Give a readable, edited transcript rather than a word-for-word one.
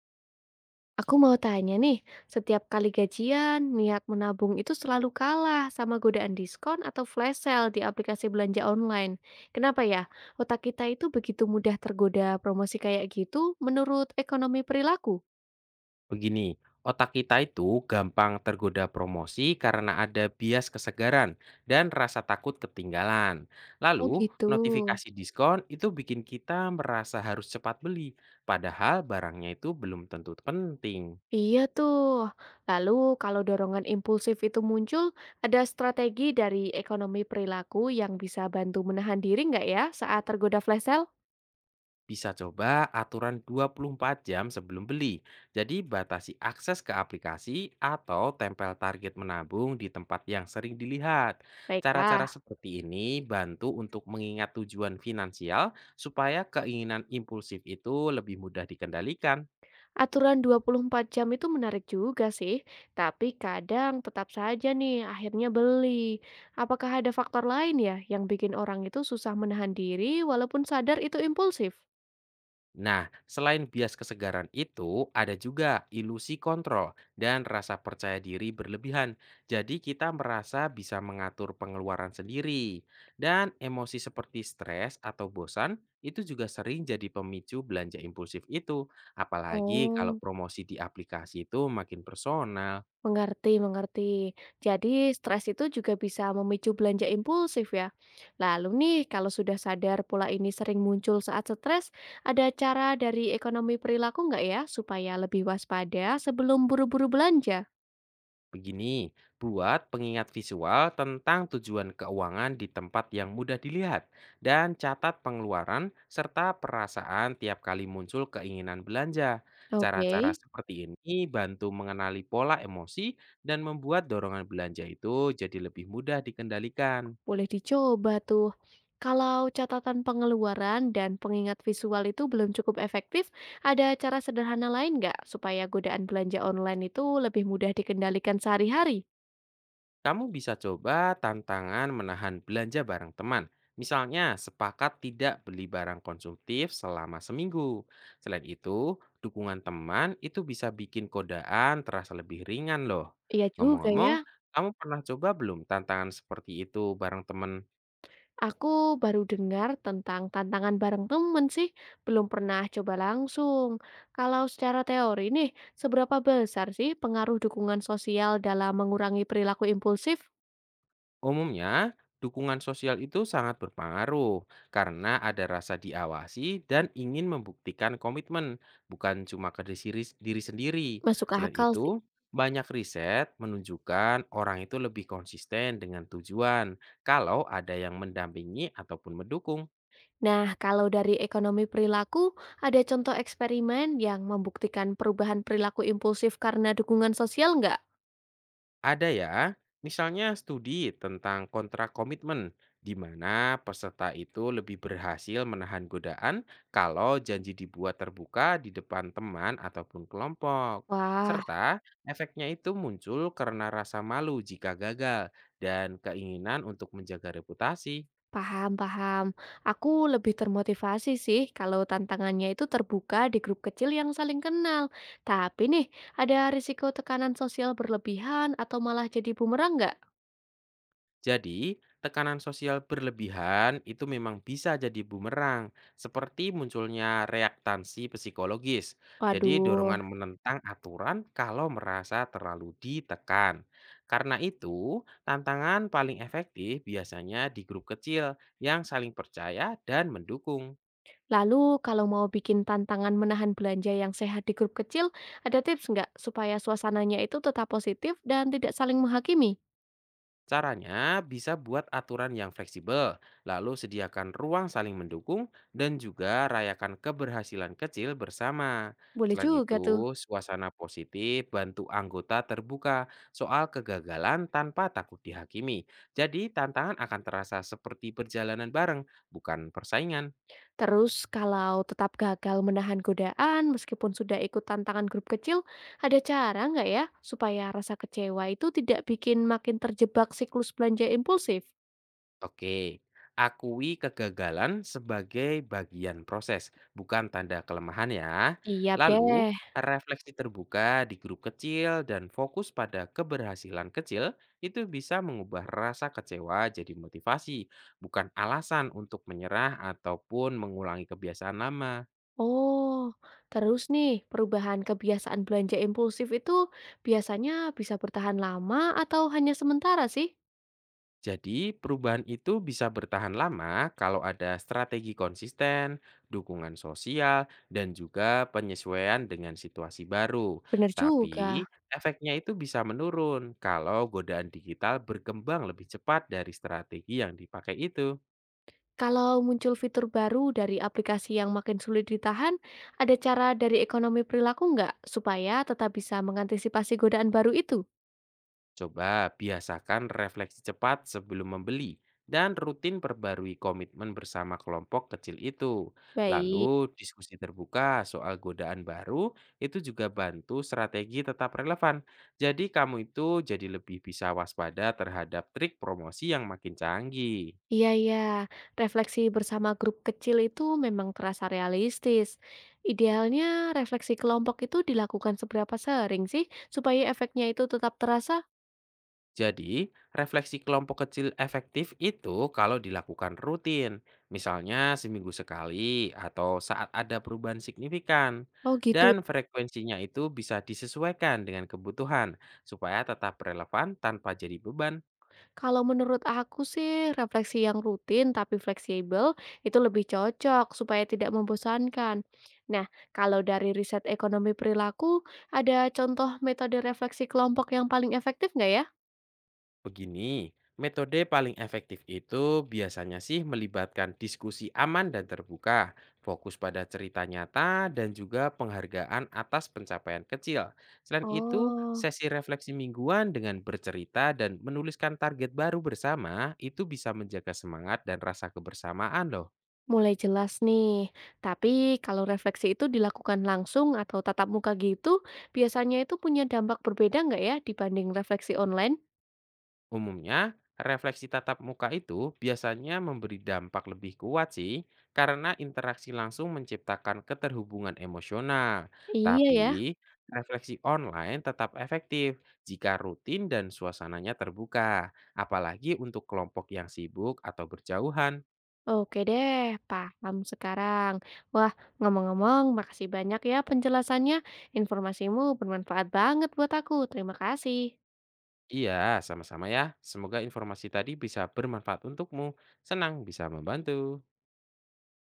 Aku mau tanya nih, setiap kali gajian, niat menabung itu selalu kalah sama godaan diskon atau flash sale di aplikasi belanja online. Kenapa ya? Otak kita itu begitu mudah tergoda promosi kayak gitu menurut ekonomi perilaku. Begini, otak kita itu gampang tergoda promosi karena ada bias kesegaran dan rasa takut ketinggalan. Oh Lalu, gitu. notifikasi diskon itu bikin kita merasa harus cepat beli, padahal barangnya itu belum tentu penting. Iya tuh. Lalu kalau dorongan impulsif itu muncul, ada strategi dari ekonomi perilaku yang bisa bantu menahan diri nggak ya saat tergoda flash sale? Bisa coba aturan 24 jam sebelum beli. Jadi batasi akses ke aplikasi atau tempel target menabung di tempat yang sering dilihat. Cara-cara Baiklah. seperti ini bantu untuk mengingat tujuan finansial supaya keinginan impulsif itu lebih mudah dikendalikan. Aturan 24 jam itu menarik juga sih, tapi kadang tetap saja nih akhirnya beli. Apakah ada faktor lain ya yang bikin orang itu susah menahan diri walaupun sadar itu impulsif? Nah, selain bias kesegaran itu, ada juga ilusi kontrol dan rasa percaya diri berlebihan. Jadi kita merasa bisa mengatur pengeluaran sendiri. Dan emosi seperti stres atau bosan itu juga sering jadi pemicu belanja impulsif itu. Apalagi kalau Oh, promosi di aplikasi itu makin personal. mengerti, mengerti. Jadi stres itu juga bisa memicu belanja impulsif ya. Lalu nih, kalau sudah sadar pola ini sering muncul saat stres, ada cara dari ekonomi perilaku nggak ya supaya lebih waspada sebelum buru-buru belanja? Begini, buat pengingat visual tentang tujuan keuangan di tempat yang mudah dilihat dan catat pengeluaran serta perasaan tiap kali muncul keinginan belanja. Cara-cara Oke. seperti ini bantu mengenali pola emosi dan membuat dorongan belanja itu jadi lebih mudah dikendalikan. Boleh dicoba tuh. Kalau catatan pengeluaran dan pengingat visual itu belum cukup efektif, ada cara sederhana lain nggak supaya godaan belanja online itu lebih mudah dikendalikan sehari-hari? Kamu bisa coba tantangan menahan belanja bareng teman. Misalnya, sepakat tidak beli barang konsumtif selama seminggu. Selain itu, dukungan teman itu bisa bikin godaan terasa lebih ringan loh. Iya juga ya, Ngomong-ngomong, kamu pernah coba belum tantangan seperti itu bareng teman? aku baru dengar tentang tantangan bareng temen sih, belum pernah coba langsung. Kalau secara teori nih, seberapa besar sih pengaruh dukungan sosial dalam mengurangi perilaku impulsif? Umumnya, dukungan sosial itu sangat berpengaruh karena ada rasa diawasi dan ingin membuktikan komitmen, bukan cuma ke diri sendiri. Masuk Selain akal sih. itu, banyak riset menunjukkan orang itu lebih konsisten dengan tujuan kalau ada yang mendampingi ataupun mendukung. Nah, kalau dari ekonomi perilaku, ada contoh eksperimen yang membuktikan perubahan perilaku impulsif karena dukungan sosial nggak? Ada ya, misalnya studi tentang kontrak komitmen, di mana peserta itu lebih berhasil menahan godaan kalau janji dibuat terbuka di depan teman ataupun kelompok. Wah, Serta efeknya itu muncul karena rasa malu jika gagal dan keinginan untuk menjaga reputasi. paham, paham. Aku lebih termotivasi sih kalau tantangannya itu terbuka di grup kecil yang saling kenal. Tapi nih, ada risiko tekanan sosial berlebihan atau malah jadi bumerang nggak? Jadi, tekanan sosial berlebihan itu memang bisa jadi bumerang, seperti munculnya reaktansi psikologis. Jadi, Waduh, dorongan menentang aturan kalau merasa terlalu ditekan. Karena itu, tantangan paling efektif biasanya di grup kecil yang saling percaya dan mendukung. lalu kalau mau bikin tantangan menahan belanja yang sehat di grup kecil, ada tips nggak supaya suasananya itu tetap positif dan tidak saling menghakimi? Caranya bisa buat aturan yang fleksibel, lalu sediakan ruang saling mendukung dan juga rayakan keberhasilan kecil bersama. Boleh Selain juga tuh. itu, suasana positif bantu anggota terbuka soal kegagalan tanpa takut dihakimi. Jadi, tantangan akan terasa seperti perjalanan bareng, bukan persaingan. Terus kalau tetap gagal menahan godaan meskipun sudah ikut tantangan grup kecil, ada cara nggak ya supaya rasa kecewa itu tidak bikin makin terjebak siklus belanja impulsif? Oke, akui kegagalan sebagai bagian proses, bukan tanda kelemahan ya. Siap Lalu, deh. refleksi terbuka di grup kecil dan fokus pada keberhasilan kecil itu bisa mengubah rasa kecewa jadi motivasi, bukan alasan untuk menyerah ataupun mengulangi kebiasaan lama. Oh, terus nih perubahan kebiasaan belanja impulsif itu biasanya bisa bertahan lama atau hanya sementara sih? Jadi, perubahan itu bisa bertahan lama kalau ada strategi konsisten, dukungan sosial, dan juga penyesuaian dengan situasi baru. Bener Tapi, juga. efeknya itu bisa menurun kalau godaan digital berkembang lebih cepat dari strategi yang dipakai itu. Kalau muncul fitur baru dari aplikasi yang makin sulit ditahan, ada cara dari ekonomi perilaku nggak supaya tetap bisa mengantisipasi godaan baru itu? Coba biasakan refleksi cepat sebelum membeli dan rutin perbarui komitmen bersama kelompok kecil itu. Baik. Lalu diskusi terbuka soal godaan baru itu juga bantu strategi tetap relevan. Jadi kamu itu jadi lebih bisa waspada terhadap trik promosi yang makin canggih. Iya, iya. Refleksi bersama grup kecil itu memang terasa realistis. Idealnya refleksi kelompok itu dilakukan seberapa sering sih supaya efeknya itu tetap terasa? Jadi, refleksi kelompok kecil efektif itu kalau dilakukan rutin, misalnya seminggu sekali atau saat ada perubahan signifikan. Oh gitu. Dan frekuensinya itu bisa disesuaikan dengan kebutuhan supaya tetap relevan tanpa jadi beban. Kalau menurut aku sih refleksi yang rutin tapi fleksibel itu lebih cocok supaya tidak membosankan. Nah, kalau dari riset ekonomi perilaku, ada contoh metode refleksi kelompok yang paling efektif nggak ya? Begini, metode paling efektif itu biasanya sih melibatkan diskusi aman dan terbuka, fokus pada cerita nyata, dan juga penghargaan atas pencapaian kecil. Selain itu, Oh, sesi refleksi mingguan dengan bercerita dan menuliskan target baru bersama itu bisa menjaga semangat dan rasa kebersamaan loh. mulai jelas nih. Tapi kalau refleksi itu dilakukan langsung atau tatap muka gitu, biasanya itu punya dampak berbeda nggak ya dibanding refleksi online? Umumnya, refleksi tatap muka itu biasanya memberi dampak lebih kuat sih, karena interaksi langsung menciptakan keterhubungan emosional. Iya ya. Tapi, refleksi online tetap efektif jika rutin dan suasananya terbuka, apalagi untuk kelompok yang sibuk atau berjauhan. Oke deh, paham sekarang. Wah, ngomong-ngomong, makasih banyak ya penjelasannya. Informasimu bermanfaat banget buat aku. Terima kasih. Iya, sama-sama ya. Semoga informasi tadi bisa bermanfaat untukmu. Senang bisa membantu.